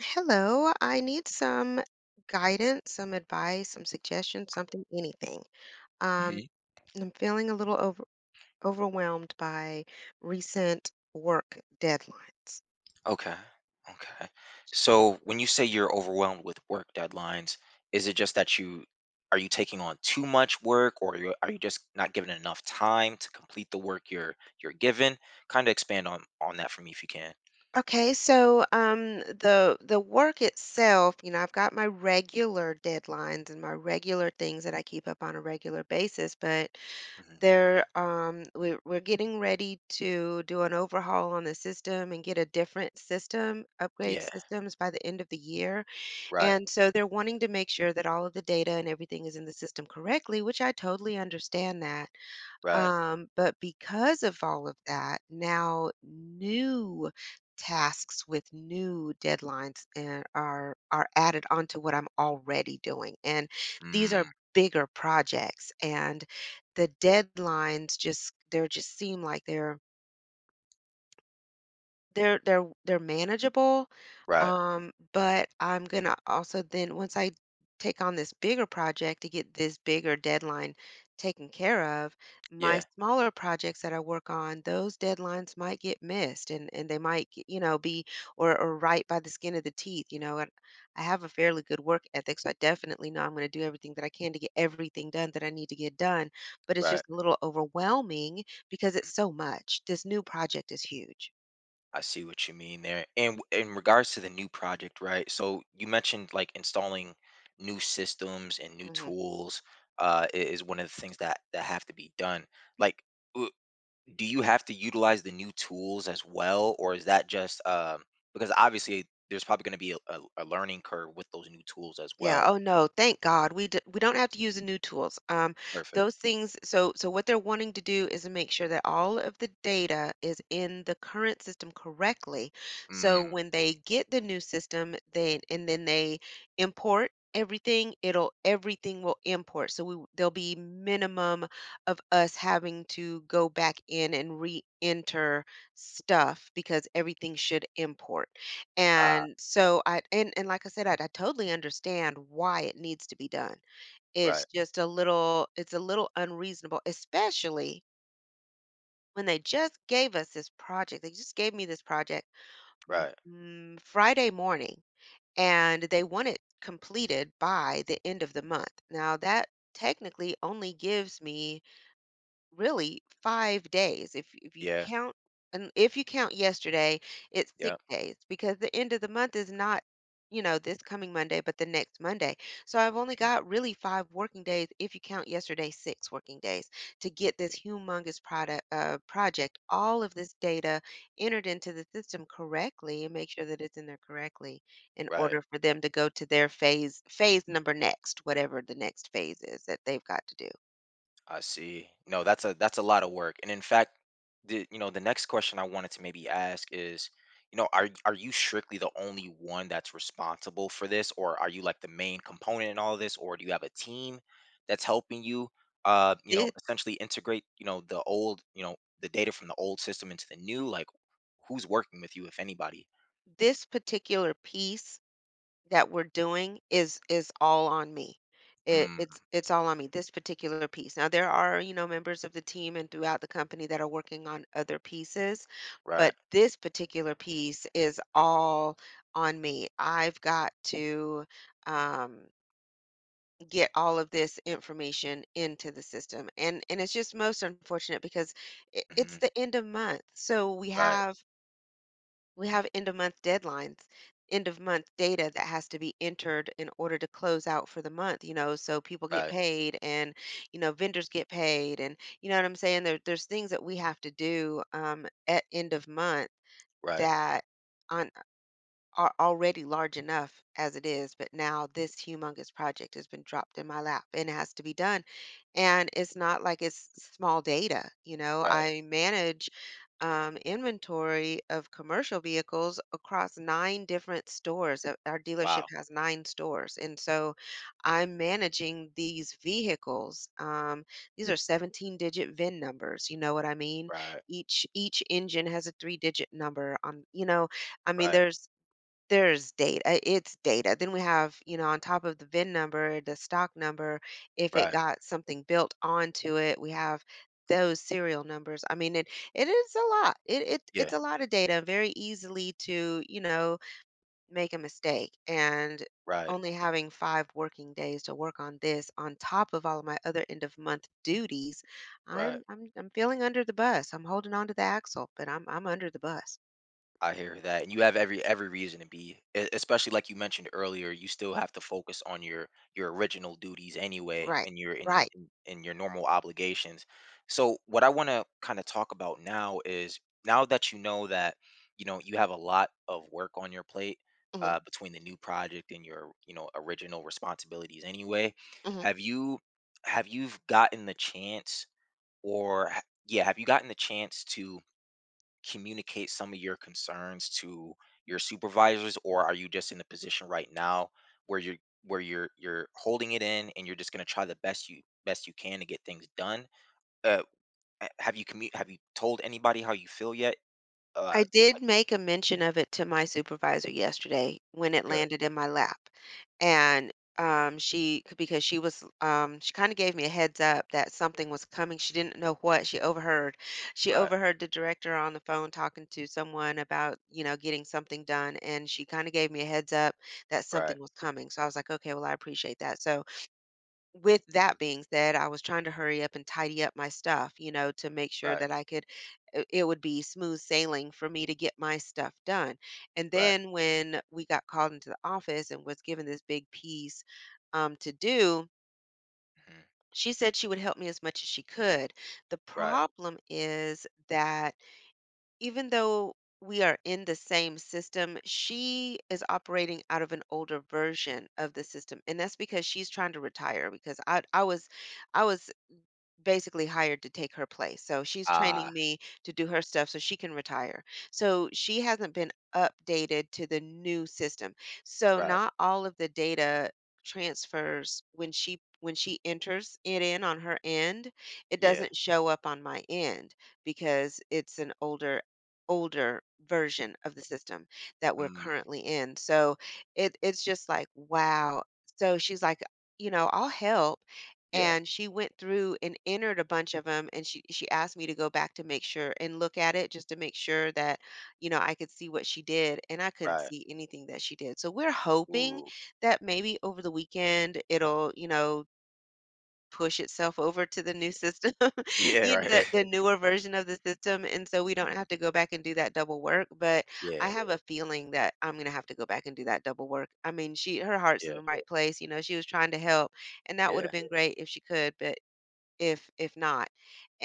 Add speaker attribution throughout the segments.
Speaker 1: Hello, I need some guidance, some advice, some suggestions, something, anything. Um,
Speaker 2: Mhm.
Speaker 1: I'm feeling a little overwhelmed by recent work deadlines.
Speaker 2: Okay. Okay. So when you say you're overwhelmed with work deadlines, is it just that you are you taking on too much work, or you are you just not given enough time to complete the work you're given? Kind of expand on that for me if you can.
Speaker 1: Okay, so the work itself, you know, I've got my regular deadlines and my regular things that I keep up on a regular basis, but
Speaker 2: Hmm.
Speaker 1: they're we're getting ready to do an overhaul on the system and get a different system, upgrade
Speaker 2: Yeah.
Speaker 1: systems by the end of the year.
Speaker 2: Right.
Speaker 1: And so they're wanting to make sure that all of the data and everything is in the system correctly, which I totally understand that.
Speaker 2: Right.
Speaker 1: But because of all of that, now new tasks with new deadlines and are added onto what I'm already doing. And these
Speaker 2: Mm,
Speaker 1: are bigger projects and the deadlines just they're just seem like they're manageable,
Speaker 2: right.
Speaker 1: but I'm gonna also then once I take on this bigger project to get this bigger deadline taken care of, my
Speaker 2: Yeah.
Speaker 1: smaller projects that I work on, those deadlines might get missed, and you know, be or right by the skin of the teeth, you know. And I have a fairly good work ethic, so I definitely know I'm going to do everything that I can to get everything done that I need to get done, but it's
Speaker 2: Right.
Speaker 1: just a little overwhelming because it's so much. This new project is huge.
Speaker 2: I see what you mean there. And in regards to the new project, right? So you mentioned like installing new systems and new
Speaker 1: Mhm.
Speaker 2: tools is one of the things that have to be done. Like, w- do you have to utilize the new tools as well, or is that just because obviously there's probably going to be a, learning curve with those new tools as
Speaker 1: Yeah,
Speaker 2: well.
Speaker 1: oh no, thank God. We don't have to use the new tools. Those
Speaker 2: Perfect.
Speaker 1: things, so what they're wanting to do is to make sure that all of the data is in the current system correctly. So
Speaker 2: Mm,
Speaker 1: when they get the new system, they and then they import everything, it'll everything will import. So there'll be minimum of us having to go back in and re-enter stuff because everything should import.
Speaker 2: ah,
Speaker 1: And so I and like I said, I totally understand why it needs to be done. It's
Speaker 2: right,
Speaker 1: just a little it's a little unreasonable, especially when they just gave us this project. They just gave me this project
Speaker 2: right.
Speaker 1: Friday morning, and they want it completed by the end of the month. Now, that technically only gives me really 5 days. If you
Speaker 2: Yeah,
Speaker 1: count, and if you count yesterday, it's
Speaker 2: yeah,
Speaker 1: 6 days because the end of the month is not, you know, this coming Monday, but the next Monday. So I've only
Speaker 2: mm,
Speaker 1: got really 5 working days, if you count yesterday, 6 working days to get this humongous product project, all of this data entered into the system correctly and make sure that it's in there correctly in
Speaker 2: right.
Speaker 1: order for them to go to their phase number next, whatever the next phase is that they've got to do.
Speaker 2: I see. No, that's a lot of work. And in fact, the you know, the next question I wanted to maybe ask is, you know, are you strictly the only one that's responsible for this, or are you like the main component in all of this, or do you have a team that's helping you you know,
Speaker 1: This
Speaker 2: essentially integrate, you know, the old, you know, the data from the old system into the new? Like, who's working with you, if anybody?
Speaker 1: This particular piece that we're doing is all on me. It,
Speaker 2: Mm,
Speaker 1: it's it's all on me. This particular piece. Now there are, you know, members of the team and throughout the company that are working on other pieces,
Speaker 2: right.
Speaker 1: but this particular piece is all on me. I've got to, um, get all of this information into the system. And it's just most unfortunate because it's
Speaker 2: Hmm.
Speaker 1: the end of month, so
Speaker 2: Right,
Speaker 1: we have end of month deadlines, end of month data that has to be entered in order to close out for the month, you know, so people get
Speaker 2: right,
Speaker 1: paid, and, you know, vendors get paid. And, you know what I'm saying? There's things that we have to do at end of month
Speaker 2: right,
Speaker 1: that on are already large enough as it is, but now this humongous project has been dropped in my lap and it has to be done. And it's not like it's small data. You know,
Speaker 2: right.
Speaker 1: I manage, inventory of commercial vehicles across 9 different stores. Our dealership
Speaker 2: Wow.
Speaker 1: has 9 stores. And so I'm managing these vehicles. These are 17 digit VIN numbers. You know what I mean?
Speaker 2: Right,
Speaker 1: Each engine has a three digit number on, you know, I mean,
Speaker 2: right,
Speaker 1: there's data. It's data. Then we have, you know, on top of the VIN number, the stock number, if it
Speaker 2: right.
Speaker 1: got something built onto it, we have those serial numbers. I mean, it is a lot. It's
Speaker 2: Yeah,
Speaker 1: a lot of data, very easily to, you know, make a mistake. And
Speaker 2: right,
Speaker 1: only having 5 working days to work on this on top of all of my other end of month duties,
Speaker 2: right.
Speaker 1: I'm feeling under the bus. I'm holding on to the axle, but I'm under the bus.
Speaker 2: I hear that, and you have every reason to be, especially like you mentioned earlier. You still have to focus on your original duties anyway,
Speaker 1: Right.
Speaker 2: and your
Speaker 1: Right.
Speaker 2: in your normal obligations. So, what I want to kind of talk about now is now that you know you have a lot of work on your plate,
Speaker 1: Hmm.
Speaker 2: between the new project and your, you know, original responsibilities anyway.
Speaker 1: Hmm.
Speaker 2: Have you have you gotten the chance, have you gotten the chance to communicate some of your concerns to your supervisors, or are you just in the position right now where you're holding it in, and you're just going to try the best you can to get things done, uh have you told anybody how you feel yet, uh
Speaker 1: I
Speaker 2: like,
Speaker 1: did make a mention of it to my supervisor yesterday when it
Speaker 2: good.
Speaker 1: landed in my lap. And she, because she was, she kind of gave me a heads up that something was coming. She didn't know what. She overheard. She
Speaker 2: Right.
Speaker 1: overheard the director on the phone talking to someone about, you know, getting something done. And she kind of gave me a heads up that
Speaker 2: Right.
Speaker 1: something was coming. So I was like, okay, well, I appreciate that. So with
Speaker 2: Mm,
Speaker 1: that being said, I was trying to hurry up and tidy up my stuff, you know, to make sure
Speaker 2: right.
Speaker 1: that I could, it would be smooth sailing for me to get my stuff done. And
Speaker 2: Right.
Speaker 1: then when we got called into the office and was given this big piece, to do,
Speaker 2: Mhm,
Speaker 1: she said she would help me as much as she could. The
Speaker 2: right.
Speaker 1: problem is that even though we are in the same system, she is operating out of an older version of the system. And that's because she's trying to retire, because I was basically hired to take her place. So she's
Speaker 2: Ah,
Speaker 1: training me to do her stuff so she can retire. So she hasn't been updated to the new system. So
Speaker 2: right.
Speaker 1: not all of the data transfers when she enters it in on her end, it
Speaker 2: Yeah.
Speaker 1: doesn't show up on my end because it's an older version of the system that we're
Speaker 2: Mm,
Speaker 1: currently in. So it it's just like, wow. So she's like, you know, I'll help,
Speaker 2: yeah.
Speaker 1: and she went through and entered a bunch of them, and she asked me to go back to make sure and look at it, just to make sure that, you know, I could see what she did, and I couldn't
Speaker 2: Right.
Speaker 1: see anything that she did. So we're hoping
Speaker 2: Ooh.
Speaker 1: that maybe over the weekend it'll, you know, push itself over to the new system,
Speaker 2: Yeah,
Speaker 1: you know,
Speaker 2: right.
Speaker 1: the newer version of the system, and so we don't
Speaker 2: Mhm,
Speaker 1: have to go back and do that double work. But I
Speaker 2: yeah.
Speaker 1: have a feeling that I'm going to have to go back and do that double work. I mean, she, her heart's in
Speaker 2: Yeah.
Speaker 1: the right place. You know, she was trying to help, and that would have
Speaker 2: Yeah.
Speaker 1: been great if she could, but if not,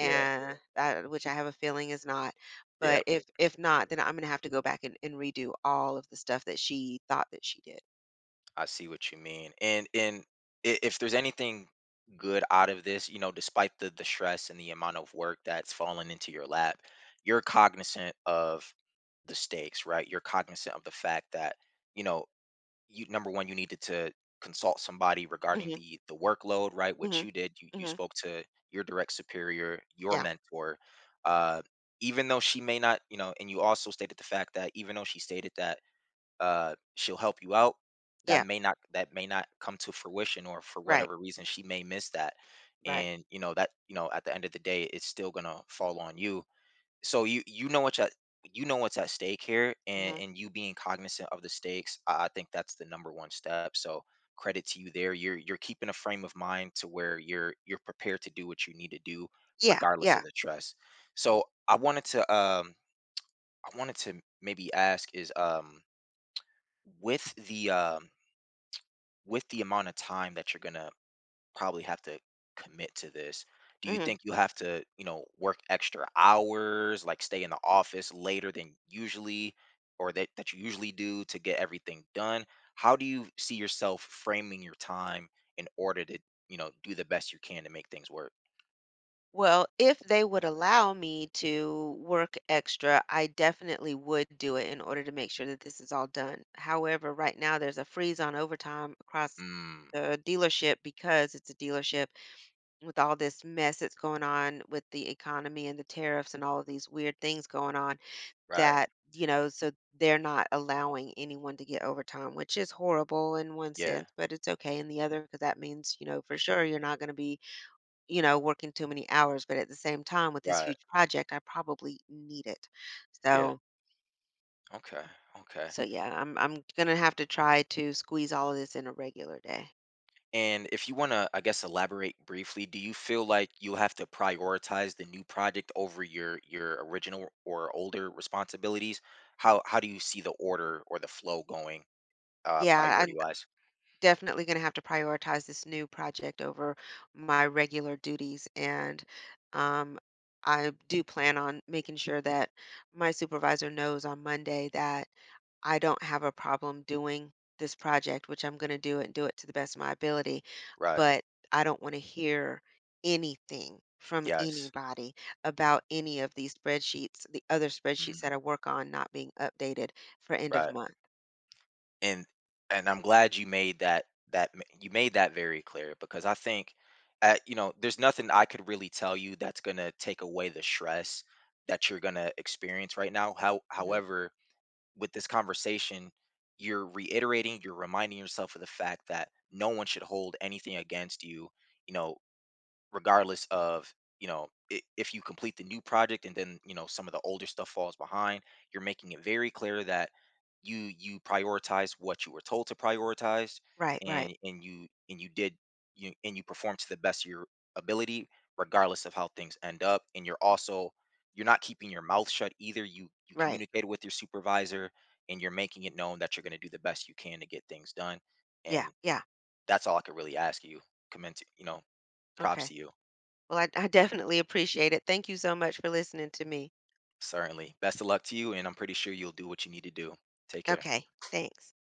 Speaker 2: Yeah.
Speaker 1: that, which I have a feeling is not.
Speaker 2: Yeah.
Speaker 1: But if not, then I'm gonna have to go back and redo all of the stuff that she thought that she did.
Speaker 2: I see what you mean. And if there's anything good out of this, you know, despite the stress and the amount of work that's fallen into your lap, you're cognizant of the stakes, right? You're cognizant of the fact that, you know, you, number one, you needed to consult somebody regarding
Speaker 1: Hmm.
Speaker 2: the workload, right? Which
Speaker 1: Hmm.
Speaker 2: you did. You
Speaker 1: Hmm.
Speaker 2: spoke to your direct superior, your
Speaker 1: Yeah.
Speaker 2: mentor. Uh, even though she may not, you know, and you also stated the fact that even though she stated that, she'll help you out.
Speaker 1: Yeah.
Speaker 2: That may not come to fruition, or for
Speaker 1: Right.
Speaker 2: whatever reason, she may miss that.
Speaker 1: Right.
Speaker 2: And you know that, you know, at the end of the day, it's still gonna fall on you. So you know what's at you know what's at stake here, and
Speaker 1: Hmm.
Speaker 2: you being cognizant of the stakes, I think that's the number one step. So credit to you there. You're keeping a frame of mind to where you're prepared to do what you need to do
Speaker 1: Yeah,
Speaker 2: regardless
Speaker 1: yeah.
Speaker 2: of the trust. So I wanted to maybe ask is, with the um, with the amount of time that you're gonna probably have to commit to this, do you
Speaker 1: Mhm.
Speaker 2: think you have to, you know, work extra hours, like stay in the office later than usually, or that you usually do to get everything done? How do you see yourself framing your time in order to, you know, do the best you can to make things work?
Speaker 1: Well, if they would allow me to work extra, I definitely would do it in order to make sure that this is all done. However, right now there's a freeze on overtime across
Speaker 2: Mm,
Speaker 1: the dealership, because it's a dealership with all this mess that's going on with the economy and the tariffs and all of these weird things going on
Speaker 2: right.
Speaker 1: that, you know, so they're not allowing anyone to get overtime, which is horrible in one
Speaker 2: Yeah.
Speaker 1: sense, but it's okay in the other because that means, you know, for sure you're not going to be, you know, working too many hours, but at the same time with this
Speaker 2: Right.
Speaker 1: huge project, I probably need it.
Speaker 2: Yeah.
Speaker 1: So,
Speaker 2: Okay. Okay.
Speaker 1: so yeah, I'm gonna have to try to squeeze all of this in a regular day.
Speaker 2: And if you want to, I guess, elaborate briefly, do you feel like you'll have to prioritize the new project over your original or older responsibilities? How do you see the order or the flow going,
Speaker 1: Yeah,
Speaker 2: priority wise?
Speaker 1: definitely going to have to prioritize this new project over my regular duties. And, um, I do plan on making sure that my supervisor knows on Monday that I don't have a problem doing this project, which I'm going to do it and do it to the best of my ability.
Speaker 2: Right.
Speaker 1: But I don't want to hear anything from
Speaker 2: Yes.
Speaker 1: anybody about any of these spreadsheets, the other spreadsheets that I
Speaker 2: Hmm.
Speaker 1: work on, not being updated for end of
Speaker 2: Right.
Speaker 1: month.
Speaker 2: And I'm glad you made you made that very clear, because I think, uh, you know, there's nothing I could really tell you that's gonna take away the stress that you're gonna experience right now.
Speaker 1: Mhm.
Speaker 2: However, with this conversation, you're reiterating, you're reminding yourself of the fact that no one should hold anything against you. You know, regardless of, you know, if you complete the new project and then, you know, some of the older stuff falls behind, you're making it very clear that you prioritize what you were told to prioritize,
Speaker 1: Right, right.
Speaker 2: and you did, you perform to the best of your ability regardless of how things end up. And you're also, you're not keeping your mouth shut either. You
Speaker 1: Right.
Speaker 2: communicated with your supervisor, and you're making it known that you're going to do the best you can to get things done.
Speaker 1: Yeah,
Speaker 2: And
Speaker 1: yeah.
Speaker 2: that's all I could really ask you. Commend you know, props
Speaker 1: Okay.
Speaker 2: to you.
Speaker 1: Well, I definitely appreciate it. Thank you so much for listening to me.
Speaker 2: Certainly. Best of luck to you, and I'm pretty sure you'll do what you need to do. Take care.
Speaker 1: Okay. Thanks.